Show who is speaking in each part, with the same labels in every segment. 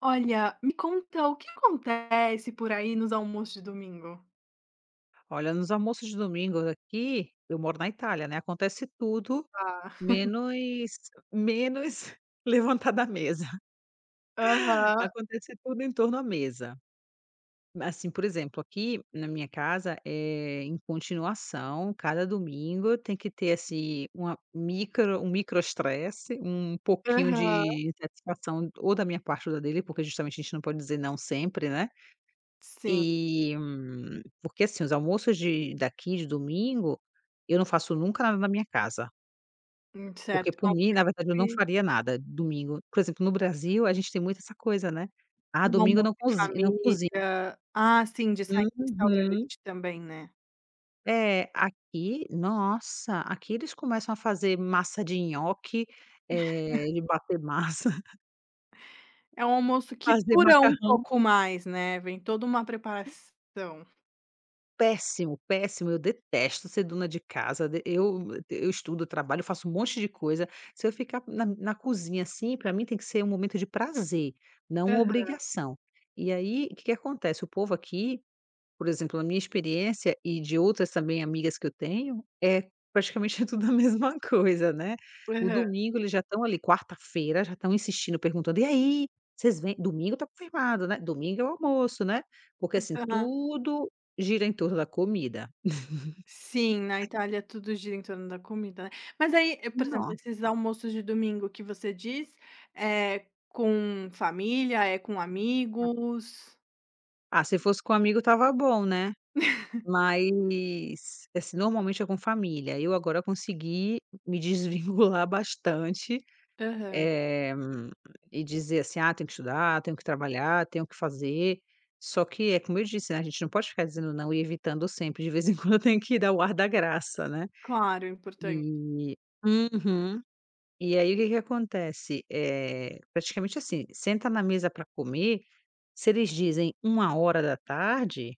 Speaker 1: Olha, me conta o que acontece por aí nos almoços de domingo?
Speaker 2: Olha, nos almoços de domingo aqui, eu moro na Itália, né, acontece tudo,
Speaker 1: Ah,
Speaker 2: menos menos levantar da mesa.
Speaker 1: aham,
Speaker 2: Acontece tudo em torno à mesa. Assim, por exemplo, aqui na minha casa, em continuação, cada domingo tem que ter, assim, uma micro um micro estresse, um pouquinho
Speaker 1: aham.
Speaker 2: de insatisfação ou da minha parte ou da dele, porque justamente a gente não pode dizer não sempre, né.
Speaker 1: Sim,
Speaker 2: E, porque assim, os almoços de daqui de domingo, eu não faço nunca nada na minha casa, porque
Speaker 1: certo.
Speaker 2: por
Speaker 1: Almoço
Speaker 2: mim, na verdade, eu não faria nada domingo. Por exemplo, no Brasil, a gente tem muito essa coisa, né: "Ah,
Speaker 1: de
Speaker 2: domingo eu
Speaker 1: almoço
Speaker 2: não
Speaker 1: em
Speaker 2: cozi não cozinho".
Speaker 1: família. Ah, sim, de sair em
Speaker 2: Uhum.
Speaker 1: restaurante também, né.
Speaker 2: É, aqui, nossa, aqui eles começam a fazer massa de nhoque, de bater massa,
Speaker 1: É um almoço que
Speaker 2: fazer
Speaker 1: dura um
Speaker 2: macarrão.
Speaker 1: pouco mais, né, vem toda uma preparação.
Speaker 2: Péssimo, péssimo. Eu detesto ser dona de casa. De eu estudo, eu trabalho, eu faço um monte de coisa. Se eu ficar na cozinha, assim, para mim tem que ser um momento de prazer, não uma obrigação. E aí, o que que acontece? O povo aqui, por exemplo, a minha experiência e de outras também amigas que eu tenho, é praticamente tudo a mesma coisa, né. O
Speaker 1: Aham.
Speaker 2: domingo eles já estão ali, quarta-feira, já estão insistindo, perguntando: "E aí, vocês vêm? Domingo tá confirmado, né, domingo é o almoço, né", porque assim,
Speaker 1: Aham.
Speaker 2: tudo gira em torno da comida.
Speaker 1: Sim, na Itália tudo gira em torno da comida, né. Mas aí, por exemplo,
Speaker 2: Não.
Speaker 1: esses almoços de domingo que você diz, é com família, é com amigos?
Speaker 2: Ah, se fosse com amigo tava bom, né, mas, assim, normalmente é com família. Eu agora consegui me desvincular bastante.
Speaker 1: Aham,
Speaker 2: Eh, e dizer assim: "Ah, tenho que estudar, tenho que trabalhar, tenho que fazer". Só que é como eu disse, né, a gente não pode ficar dizendo não e evitando sempre, de vez em quando tem que dar o ar da graça, né.
Speaker 1: claro, importante.
Speaker 2: E uhum. E aí o que que acontece, é praticamente assim, senta na mesa para comer, se eles dizem uma hora da tarde.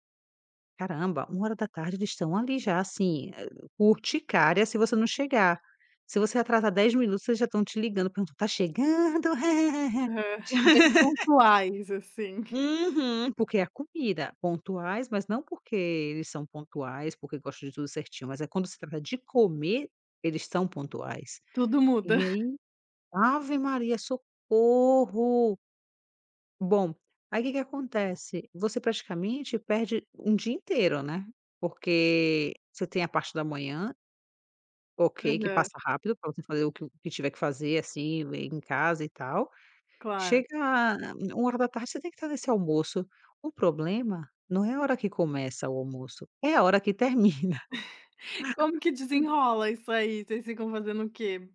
Speaker 2: Caramba, uma hora da tarde eles estão ali já, assim, urticária se você não chegar. Se você atrasar 10 minutos, eles já estão te ligando perguntando: "Tá chegando?"
Speaker 1: Aham, bem pontuais, assim.
Speaker 2: Uhum, porque é a comida. Pontuais, mas não porque eles são pontuais, porque gostam de tudo certinho, mas é quando se trata de comer, eles são pontuais.
Speaker 1: Tudo muda.
Speaker 2: E aí, ave Maria, socorro! Bom, aí o que que acontece? Você praticamente perde um dia inteiro, né, porque você tem a parte da manhã, ok, que
Speaker 1: Aham,
Speaker 2: passa rápido para você fazer o que tiver que fazer, assim, em casa e tal.
Speaker 1: claro.
Speaker 2: Chega u uma hora da tarde, você tem que estar nesse almoço. O problema não é a hora que começa o almoço, é a hora que termina.
Speaker 1: Como que desenrola isso aí? Vocês ficam fazendo o quê?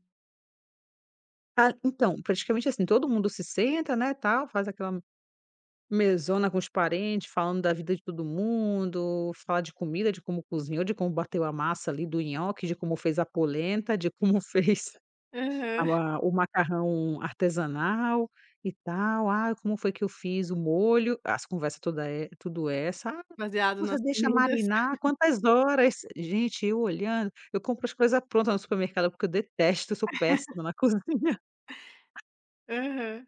Speaker 2: Ah, então, praticamente assim, todo mundo se senta, né, tal, faz aquela mesona com os parentes, falando da vida de todo mundo, falar de comida, de como cozinhou, de como bateu a massa ali do nhoque, de como fez a polenta, de como fez
Speaker 1: Aham,
Speaker 2: a o macarrão artesanal e tal. "Ah, como foi que eu fiz o molho", as conversas toda é tudo essa. "Ah,
Speaker 1: baseado
Speaker 2: você
Speaker 1: nas
Speaker 2: deixa
Speaker 1: comidas?
Speaker 2: marinar quantas horas?" Gente, eu olhando eu compro as coisas prontas no supermercado, porque eu detesto, eu sou péssima na cozinha.
Speaker 1: Aham.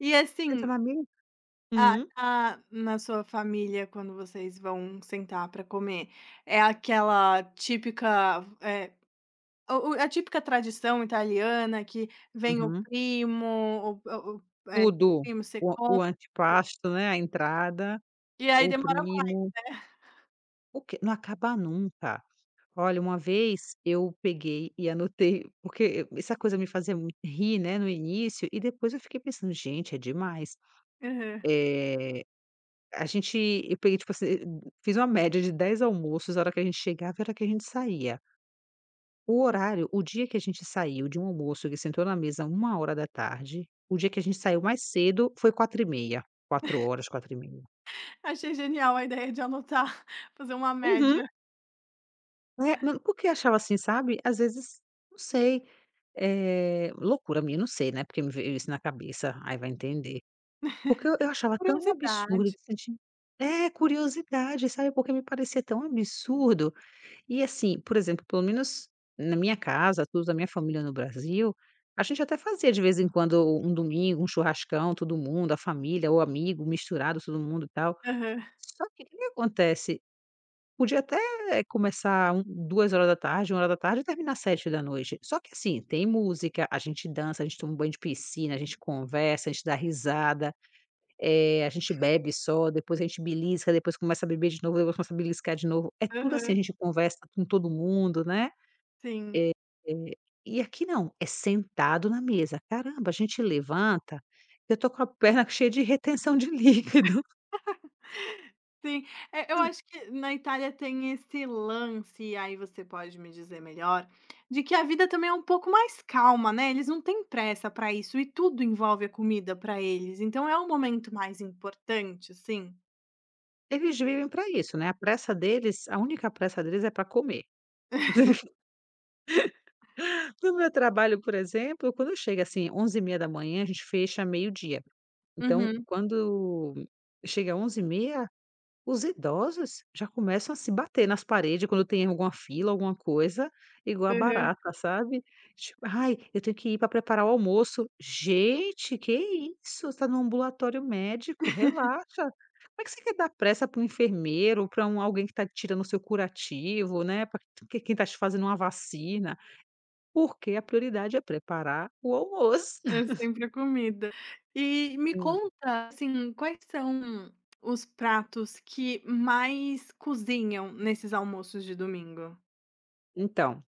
Speaker 1: E
Speaker 2: Entra
Speaker 1: assim
Speaker 2: na minha.
Speaker 1: ah,
Speaker 2: Hum.
Speaker 1: ah, na sua família, quando vocês vão sentar para comer, é aquela típica, o a típica tradição italiana que vem o
Speaker 2: Uhum.
Speaker 1: primo, o o
Speaker 2: Tudo.
Speaker 1: primo
Speaker 2: O
Speaker 1: secondo,
Speaker 2: o antipasto, né, a entrada,
Speaker 1: e aí
Speaker 2: o
Speaker 1: demora mais,
Speaker 2: primo,
Speaker 1: né.
Speaker 2: o que não acaba nunca. Olha, uma vez eu peguei e anotei, porque essa coisa me fazia muito rir, né, no início, e depois eu fiquei pensando: "Gente, é demais". Eh, a gente, eu peguei, tipo assim, fiz uma média de 10 almoços, a hora que a gente chegava e a hora que a gente saía. O horário, o dia que a gente saiu de um almoço que sentou na mesa uma hora da tarde, o dia que a gente saiu mais cedo foi 4h30, 4 horas, 4h30.
Speaker 1: Achei genial a ideia de anotar, fazer uma
Speaker 2: Uhum.
Speaker 1: média.
Speaker 2: É, ma por que achava assim, sabe? Às vezes, não sei, loucura minha, não sei, né, porque me veio isso na cabeça, aí vai entender. Porque eu achava tão absurdo
Speaker 1: Curiosidade.
Speaker 2: de sentir é, curiosidade, sabe, porque me parecia tão absurdo. E assim, por exemplo, pelo menos na minha casa, tudo da minha família no Brasil, a gente até fazia de vez em quando um domingo, um churrascão, todo mundo, a família, o amigo misturado, todo mundo e tal.
Speaker 1: Aham,
Speaker 2: Só que o que que acontece? Podia até começar duas horas da tarde, uma hora da tarde, e terminar às sete da noite. Só que assim, tem música, a gente dança, a gente toma um banho de piscina, a gente conversa, a gente dá risada, a gente bebe só, depois a gente belisca, depois começa a beber de novo, depois começa a beliscar de novo. É tudo assim,
Speaker 1: aham,
Speaker 2: a gente conversa com todo mundo, né.
Speaker 1: sim.
Speaker 2: Eh, e aqui não, é sentado na mesa. Caramba, a gente levanta, eu tô com a perna cheia de retenção de líquido.
Speaker 1: Sim, eu acho que na Itália tem esse lance, e aí você pode me dizer melhor, de que a vida também é um pouco mais calma, né, eles não têm pressa para isso e tudo envolve a comida para eles, então é o momento mais importante, assim.
Speaker 2: Eles vivem para isso, né, a única pressa deles é para comer. No meu trabalho, por exemplo, quando chega assim 11h30 da manhã, a gente fecha meio-dia. Então,
Speaker 1: Uhum,
Speaker 2: quando chega 11h30, os idosos já começam a se bater nas paredes quando tem alguma fila, alguma coisa, igual a
Speaker 1: aham,
Speaker 2: barata, sabe. Tipo: "Ai, eu tenho que ir para preparar o almoço". "Gente, que isso? Você tá no ambulatório médico, relaxa". Como é que você quer dar pressa para um enfermeiro, para alguém que está tirando o seu curativo, né, para quem está te fazendo uma vacina. Porque a prioridade é preparar o almoço.
Speaker 1: é sempre a comida. E me
Speaker 2: Hum,
Speaker 1: conta, assim, quais são os pratos que mais cozinham nesses almoços de domingo?
Speaker 2: então,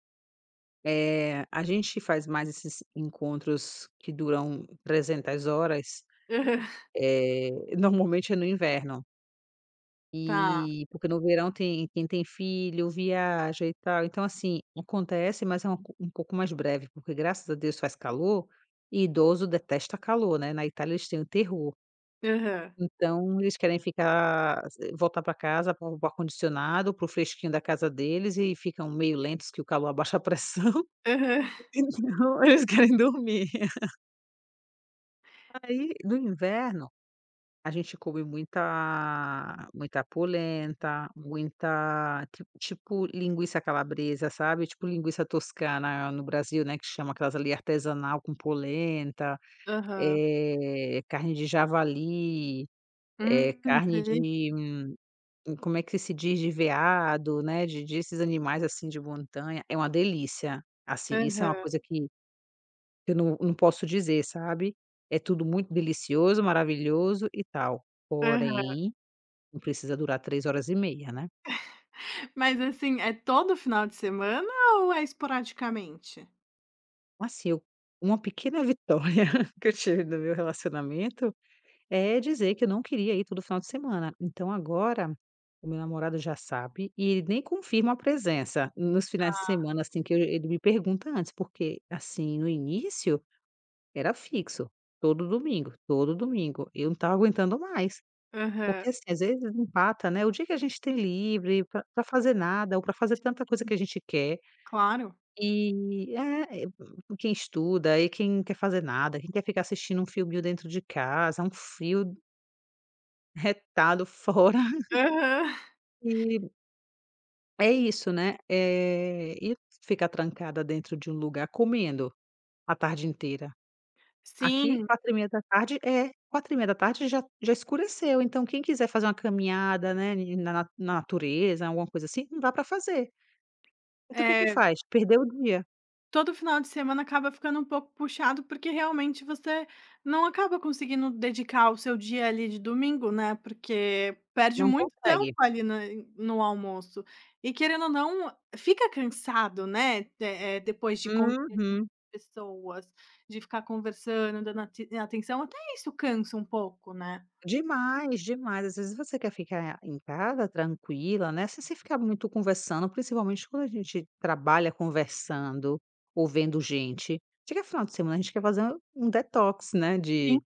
Speaker 2: a gente faz mais esses encontros que duram 300 horas,
Speaker 1: Aham.
Speaker 2: eh, normalmente é no inverno,
Speaker 1: Tá.
Speaker 2: e porque no verão tem quem tem filho viaja e tal, então assim, acontece, mas é uma co um pouco mais breve, porque graças a Deus faz calor, e idoso detesta calor, né, na Itália eles têm o terror.
Speaker 1: Aham.
Speaker 2: Então eles querem ficar, voltar para casa, para o ar-condicionado, para o fresquinho da casa deles, e ficam meio lentos que o calor abaixa a pressão,
Speaker 1: Aham.
Speaker 2: então eles querem dormir. Aí, no inverno, a gente come muita muita polenta, muita ti tipo linguiça calabresa, sabe, tipo linguiça toscana no Brasil, né, que chama aquelas ali artesanal com polenta,
Speaker 1: Aham.
Speaker 2: carne de javali,
Speaker 1: Hum,
Speaker 2: carne de, como é que se diz, de veado, né, de desses animais, assim, de montanha, é uma delícia. Assim, isso é uma
Speaker 1: aham,
Speaker 2: coisa que eu não não posso dizer, sabe. É tudo muito delicioso, maravilhoso e tal,
Speaker 1: aham.
Speaker 2: porém, não precisa durar 3 horas e meia, né.
Speaker 1: Mas assim, é todo final de semana ou é esporadicamente?
Speaker 2: Assim, eu, uma pequena vitória que eu tive no meu relacionamento, é dizer que eu não queria ir todo final de semana. Então agora, o meu namorado já sabe e ele nem confirma a presença nos finais de semana, assim, que eu ele me pergunta antes, porque, assim, no início era fixo, todo domingo, todo domingo. Eu não estava aguentando mais,
Speaker 1: Aham.
Speaker 2: porque, assim, às vezes empata, né, o dia que a gente tem livre para fazer nada ou para fazer tanta coisa que a gente quer,
Speaker 1: Claro.
Speaker 2: e é, é, quem estuda e quem não quer fazer nada, quem quer ficar assistindo um filminho dentro de casa, um frio retado fora.
Speaker 1: Aham.
Speaker 2: E é isso, né, e ficar trancada dentro de um lugar comendo a tarde inteira. Aqui
Speaker 1: Sim,
Speaker 2: 4h30 da tarde é, 4h30 da tarde já já escureceu, então quem quiser fazer uma caminhada, né, ni na na na natureza, alguma coisa assim, não dá para fazer. Então o que que
Speaker 1: eh,
Speaker 2: faz? Perdeu o dia,
Speaker 1: todo final de semana acaba ficando um pouco puxado, porque realmente você não acaba conseguindo dedicar o seu dia ali de domingo, né, porque perde
Speaker 2: não
Speaker 1: muito tempo
Speaker 2: consegue.
Speaker 1: ali na no almoço. E querendo ou não, fica cansado, né, de depois de
Speaker 2: Uhum.
Speaker 1: pessoas, de ficar conversando, dando ati atenção, até isso cansa um pouco, né?
Speaker 2: Demais, demais. Às vezes você quer ficar em casa tranquila, né, se você ficar muito conversando, principalmente quando a gente trabalha conversando ou vendo gente, chega final de semana, a gente quer fazer um detox, né,
Speaker 1: Sim,
Speaker 2: de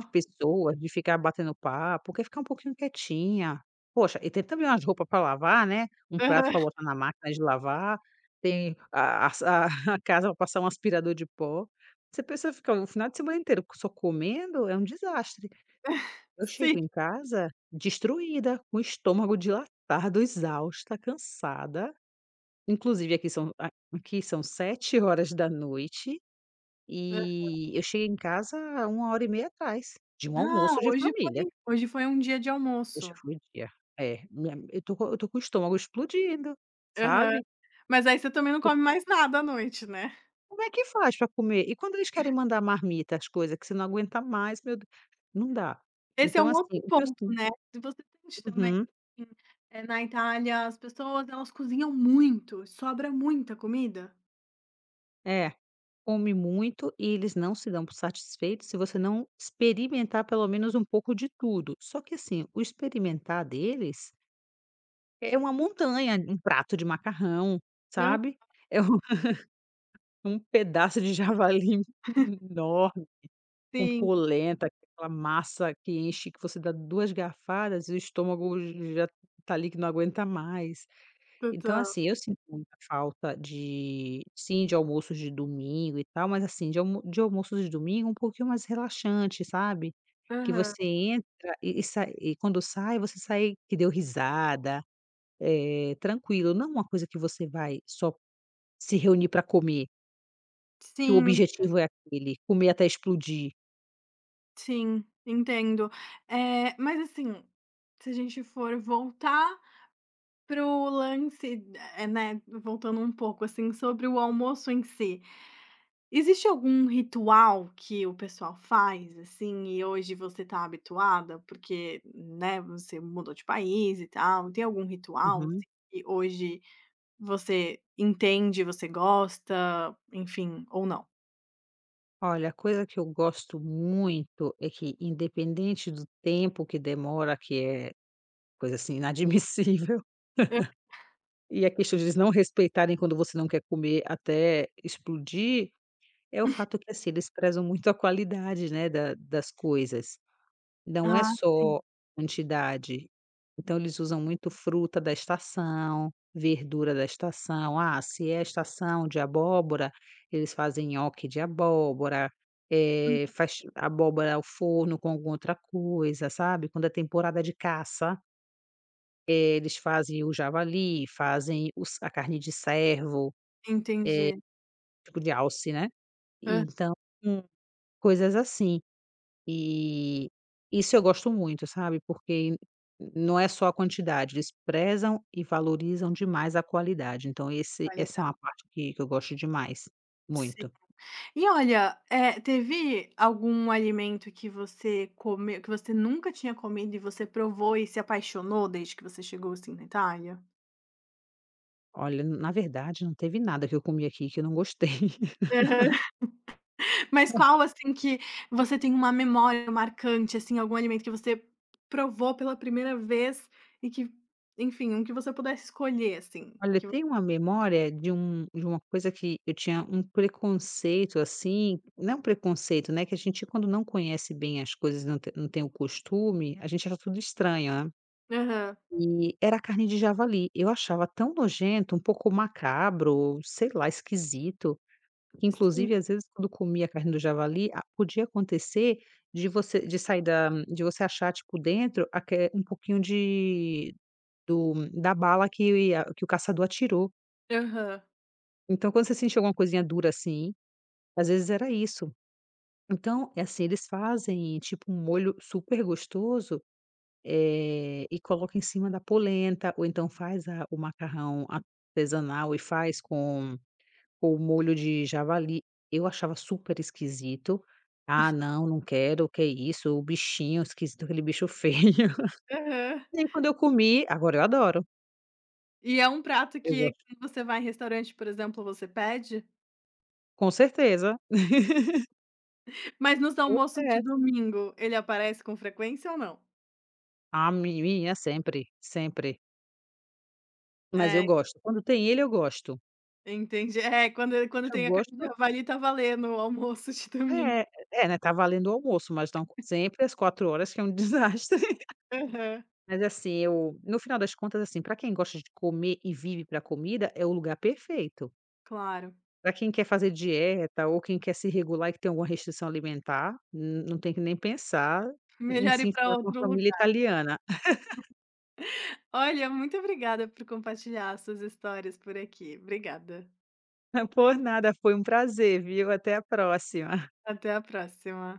Speaker 2: de pessoas, de ficar batendo papo, quer ficar um pouquinho quietinha. Poxa, e tem também umas roupas para lavar, né, um prato
Speaker 1: Aham,
Speaker 2: para botar na máquina de lavar, tem a sa a casa para passar um aspirador de pó. Você pensa, pessoa fica o final de semana inteiro só comendo, é um desastre. Eu
Speaker 1: sim.
Speaker 2: chego em casa destruída, com o estômago dilatado, exausta, cansada. Inclusive aqui são a aqui são 7 horas da noite
Speaker 1: Hã.
Speaker 2: e eu cheguei em casa 1 hora e meia atrás, de um
Speaker 1: Ah,
Speaker 2: almoço de família.
Speaker 1: hoje foi um dia de
Speaker 2: Hoje
Speaker 1: almoço.
Speaker 2: foi o dia. É, minha eu tô com o estômago explodindo,
Speaker 1: Aham.
Speaker 2: sabe.
Speaker 1: Mas aí você também não
Speaker 2: Porque
Speaker 1: come mais nada à noite, né?
Speaker 2: como é que faz para comer? E quando eles querem mandar marmita, as coisas que você não aguenta mais, meu Deu, não dá.
Speaker 1: Esse é
Speaker 2: Então
Speaker 1: um
Speaker 2: assim,
Speaker 1: outro
Speaker 2: o que eu
Speaker 1: ponto,
Speaker 2: sin
Speaker 1: né, se você sente também,
Speaker 2: Uhum.
Speaker 1: assim, na Itália as pessoas elas cozinham muito, sobra muita comida.
Speaker 2: É, come muito e eles não se dão por satisfeitos se você não experimentar pelo menos um pouco de tudo. Só que assim, o experimentar deles é uma montanha, um prato de macarrão,
Speaker 1: Hã,
Speaker 2: sabe? É um um pedaço de javali enorme, com
Speaker 1: sim,
Speaker 2: polenta, aquela massa que enche, que você dá 2 garfadas e o estômago já tá ali que não aguenta mais. Então,
Speaker 1: total.
Speaker 2: assim, eu sinto muita falta de sim, de almoços de domingo e tal, mas assim, de almoços de domingo um pouquinho mais relaxante, sabe. Que
Speaker 1: Aham.
Speaker 2: você entra e sai e quando sai, você sai que deu risada, tranquilo, não uma coisa que você vai só se reunir para comer, que o
Speaker 1: Sim.
Speaker 2: objetivo é aquele, comer até explodir.
Speaker 1: Sim, entendo. Mas assim, se a gente for voltar pro lance, né, voltando um pouco, assim, sobre o almoço em si, existe algum ritual que o pessoal faz, assim, e hoje você tá habituada? Porque, né, você mudou de país e tal, tem algum ritual,
Speaker 2: Uhum.
Speaker 1: assim, que hoje você entende, você gosta, enfim, ou não?
Speaker 2: Olha, a coisa que eu gosto muito é que independente do tempo que demora, que é coisa, assim, inadmissível.
Speaker 1: É.
Speaker 2: E a questão de eles não respeitarem quando você não quer comer até explodir, é o fato que, assim, eles prezam muito a qualidade, né, da das coisas. Não é
Speaker 1: Ah, sim,
Speaker 2: só quantidade. Então eles usam muito fruta da estação, verdura da estação. Ah, se é a estação de abóbora, eles fazem nhoque de abóbora, faz abóbora ao forno com alguma outra coisa, sabe. Quando é temporada de caça, eles fazem o javali, fazem os a carne de cervo.
Speaker 1: entendi.
Speaker 2: Tipo de alce, né.
Speaker 1: Hã,
Speaker 2: Então, Hum. coisas assim. E isso eu gosto muito, sabe, porque não é só a quantidade, eles prezam e valorizam demais a qualidade, então esse essa é
Speaker 1: olha.
Speaker 2: uma parte que eu gosto demais, muito.
Speaker 1: E olha, teve algum alimento que você comeu que você nunca tinha comido e você provou e se apaixonou desde que você chegou, assim, na Itália?
Speaker 2: Olha, na verdade não teve nada que eu comi aqui que eu não gostei.
Speaker 1: Aham. Mas qual, assim, que você tem uma memória marcante, assim, algum alimento que você provou pela primeira vez e que, enfim, um que você pudesse escolher, assim,
Speaker 2: Olha,
Speaker 1: que vo
Speaker 2: tem uma memória de uma coisa que eu tinha um preconceito, assim, não é um preconceito, né, que a gente quando não conhece bem as coisas, não tem o costume, a gente acha tudo estranho, né.
Speaker 1: aham.
Speaker 2: E era carne de javali. Eu achava tão nojento, um pouco macabro, sei lá, esquisito, que
Speaker 1: Sim.
Speaker 2: inclusive às vezes quando comia a carne do javali, a podia acontecer de sair da de você achar, tipo, dentro aque um pouquinho de do da bala que o caçador atirou.
Speaker 1: Aham.
Speaker 2: Então quando você sentia alguma coisinha dura, assim, às vezes era isso. Então, é assim, eles fazem, tipo, um molho super gostoso. E coloca em cima da polenta, ou então faz a o macarrão artesanal e faz com o molho de javali. Eu achava super esquisito. "Ah, não, não quero, o que é isso, o bichinho esquisito, aquele bicho feio".
Speaker 1: Aham.
Speaker 2: Nem quando eu comi agora eu adoro,
Speaker 1: E é um prato
Speaker 2: eu
Speaker 1: que
Speaker 2: gosto
Speaker 1: quando você vai em restaurante, por exemplo, você pede?
Speaker 2: com certeza,
Speaker 1: Mas nos
Speaker 2: eu
Speaker 1: almoços de
Speaker 2: peço.
Speaker 1: domingo, ele aparece com frequência ou não?
Speaker 2: Ah, minha sempre, sempre. Mas eu
Speaker 1: É,
Speaker 2: gosto, quando tem ele eu gosto.
Speaker 1: entendi. É, quando quando
Speaker 2: Eu
Speaker 1: tem a carne de
Speaker 2: gosto
Speaker 1: javali, tá valendo o almoço de domingo.
Speaker 2: é, é, né, tá valendo o almoço, mas não sempre às 4 horas que é um desastre.
Speaker 1: Aham,
Speaker 2: Mas assim, eu no final das contas, assim, para quem gosta de comer e vive para comida, é o lugar perfeito.
Speaker 1: claro.
Speaker 2: Para quem quer fazer dieta ou quem quer se regular e que tem alguma restrição alimentar, n não tem que nem pensar em
Speaker 1: Melhor ir
Speaker 2: se
Speaker 1: pra
Speaker 2: enfiar com a
Speaker 1: outro
Speaker 2: família
Speaker 1: lugar.
Speaker 2: italiana.
Speaker 1: Olha, muito obrigada por compartilhar suas histórias por aqui. Obrigada.
Speaker 2: Por nada, foi um prazer, viu? Até a próxima.
Speaker 1: Até a próxima.